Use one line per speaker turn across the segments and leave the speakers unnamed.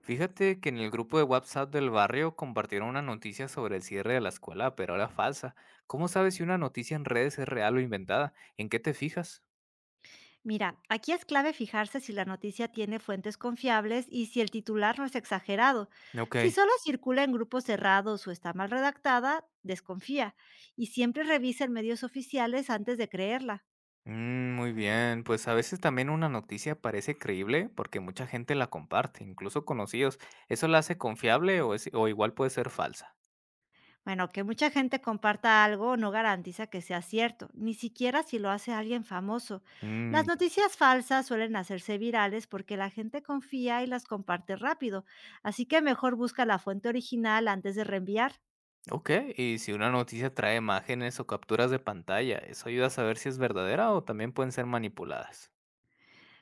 Fíjate que en el grupo de WhatsApp del barrio compartieron una noticia sobre el cierre de la escuela, pero era falsa. ¿Cómo sabes si una noticia en redes es real o inventada? ¿En qué te fijas?
Mira, aquí es clave fijarse si la noticia tiene fuentes confiables y si el titular no es exagerado.
Ok.
Si solo circula en grupos cerrados o está mal redactada, desconfía y siempre revisa en medios oficiales antes de creerla.
Muy bien, pues a veces también una noticia parece creíble porque mucha gente la comparte, incluso conocidos. ¿Eso la hace confiable o igual puede ser falsa?
Bueno, que mucha gente comparta algo no garantiza que sea cierto, ni siquiera si lo hace alguien famoso. Las
Mm.
noticias falsas suelen hacerse virales porque la gente confía y las comparte rápido, así que mejor busca la fuente original antes de reenviar.
Ok. ¿Y si una noticia trae imágenes o capturas de pantalla, eso ayuda a saber si es verdadera o también pueden ser manipuladas?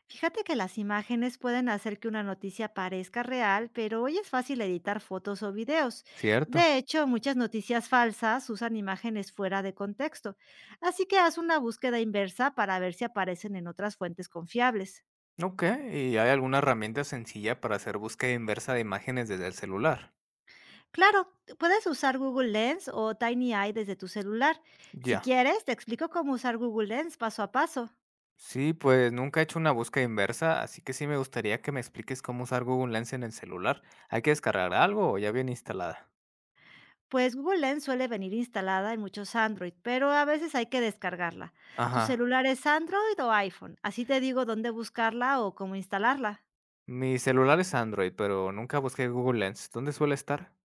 Fíjate que las imágenes pueden hacer que una noticia parezca real, pero hoy es fácil editar fotos o videos.
Cierto.
De hecho, muchas noticias falsas usan imágenes fuera de contexto, así que haz una búsqueda inversa para ver si aparecen en otras fuentes confiables.
Ok. ¿Y hay alguna herramienta sencilla para hacer búsqueda inversa de imágenes desde el celular?
Claro, puedes usar Google Lens o TinyEye desde tu celular. Si
Ya.
quieres, te explico cómo usar Google Lens paso a paso.
Sí, pues nunca he hecho una búsqueda inversa, así que sí me gustaría que me expliques cómo usar Google Lens en el celular. ¿Hay que descargar algo o ya viene instalada?
Pues Google Lens suele venir instalada en muchos Android, pero a veces hay que descargarla. ¿Tu
Ajá.
celular es Android o iPhone? Así te digo dónde buscarla o cómo instalarla.
Mi celular es Android, pero nunca busqué Google Lens. ¿Dónde suele estar?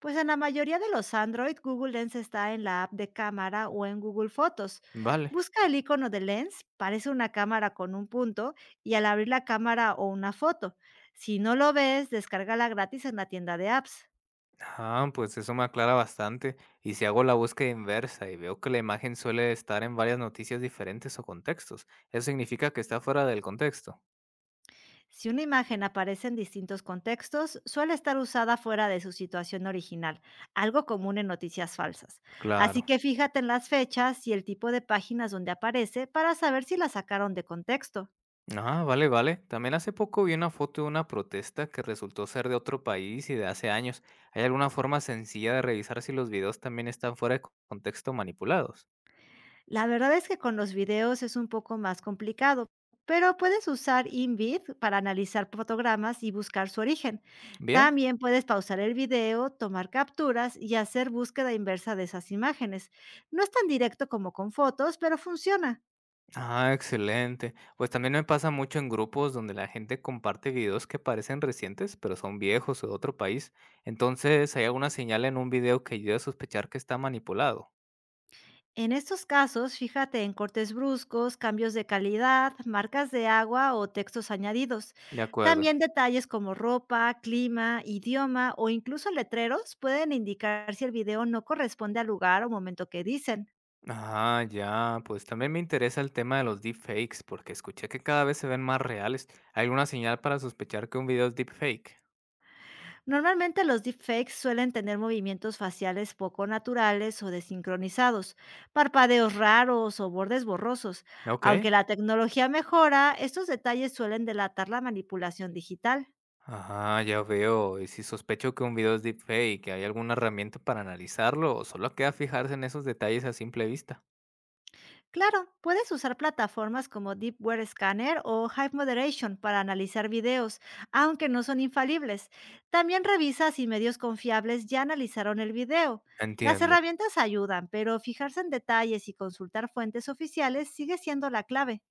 Pues en la mayoría de los Android, Google Lens está en la app de cámara o en Google Fotos.
Vale.
Busca el icono de Lens, parece una cámara con un punto, y al abrir la cámara o una foto. Si no lo ves, descárgala gratis en la tienda de apps.
Ah, pues eso me aclara bastante. Y si hago la búsqueda inversa y veo que la imagen suele estar en varias noticias diferentes o contextos, ¿eso significa que está fuera del contexto?
Si una imagen aparece en distintos contextos, suele estar usada fuera de su situación original, algo común en noticias falsas. Así
Claro.
que fíjate en las fechas y el tipo de páginas donde aparece para saber si la sacaron de contexto.
Ah, vale, vale. También hace poco vi una foto de una protesta que resultó ser de otro país y de hace años. ¿Hay alguna forma sencilla de revisar si los videos también están contexto manipulados?
La verdad es que con los videos es un poco más complicado, pero puedes usar InVid para analizar fotogramas y buscar su origen.
Bien.
También puedes pausar el video, tomar capturas y hacer búsqueda inversa de esas imágenes. No es tan directo como con fotos, pero funciona.
Ah, excelente. Pues también me pasa mucho en grupos donde la gente comparte videos que parecen recientes, pero son viejos o de otro país. Entonces, ¿hay alguna señal en un video que ayude a sospechar que está manipulado?
En estos casos, fíjate en cortes bruscos, cambios de calidad, marcas de agua o textos añadidos.
De acuerdo.
También detalles como ropa, clima, idioma o incluso letreros pueden indicar si el video no corresponde al lugar o momento que dicen.
Ah, ya, pues también me interesa el tema de los deepfakes, porque escuché que cada vez se ven más reales. ¿Hay alguna señal para sospechar que un video es deepfake?
Normalmente los deepfakes suelen tener movimientos faciales poco naturales o desincronizados, parpadeos raros o bordes borrosos.
Ok.
Aunque la tecnología mejora, estos detalles suelen delatar la manipulación digital.
Ajá, ya veo. Y si sospecho que un video es deepfake, ¿hay alguna herramienta para analizarlo o solo queda fijarse en esos detalles a simple vista?
Claro, puedes usar plataformas como Deep Web Scanner o Hive Moderation para analizar videos, aunque no son infalibles. También revisa si medios confiables ya analizaron el video. Las
Entiendo.
herramientas ayudan, pero fijarse en detalles y consultar fuentes oficiales sigue siendo la clave.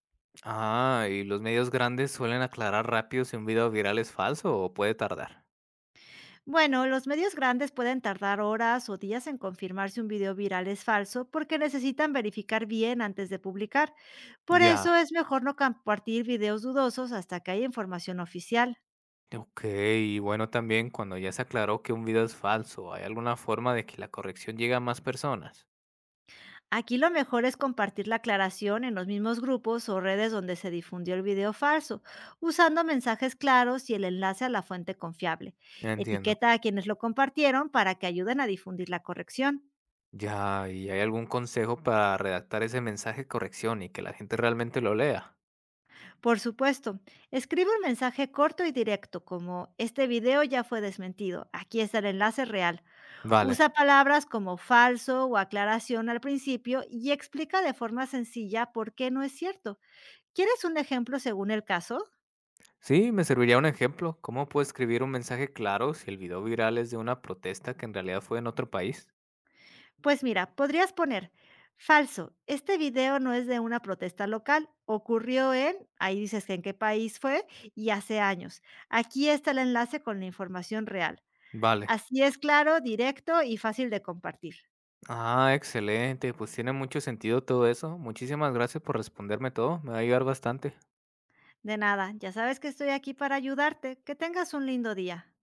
Ah, ¿y los medios grandes suelen aclarar rápido si un video viral es falso o puede tardar?
Bueno, los medios grandes pueden tardar horas o días en confirmar si un video viral es falso porque necesitan verificar bien antes de publicar. Por eso
Ya.
es mejor no compartir videos dudosos hasta que haya información oficial.
Ok, y bueno, también cuando ya se aclaró que un video es falso, ¿hay alguna forma de que la corrección llegue a más personas?
Aquí lo mejor es compartir la aclaración en los mismos grupos o redes donde se difundió el video falso, usando mensajes claros y el enlace a la fuente confiable.
Entiendo.
Etiqueta a quienes lo compartieron para que ayuden a difundir la corrección.
Ya, ¿y hay algún consejo para redactar ese mensaje de corrección y que la gente realmente lo lea?
Por supuesto, escribe un mensaje corto y directo como: "Este video ya fue desmentido, aquí está el enlace real".
Vale.
Usa palabras como "falso" o "aclaración" al principio y explica de forma sencilla por qué no es cierto. ¿Quieres un ejemplo según el caso?
Sí, me serviría un ejemplo. ¿Cómo puedo escribir un mensaje claro si el video viral es de una protesta que en realidad fue en otro país?
Pues mira, podrías poner: "Falso, este video no es de una protesta local, ocurrió en", ahí dices que en qué país fue, y hace años. "Aquí está el enlace con la información real".
Vale.
Así es claro, directo y fácil de compartir.
Ah, excelente. Pues tiene mucho sentido todo eso. Muchísimas gracias por responderme todo. Me va a ayudar bastante.
De nada, ya sabes que estoy aquí para ayudarte. Que tengas un lindo día.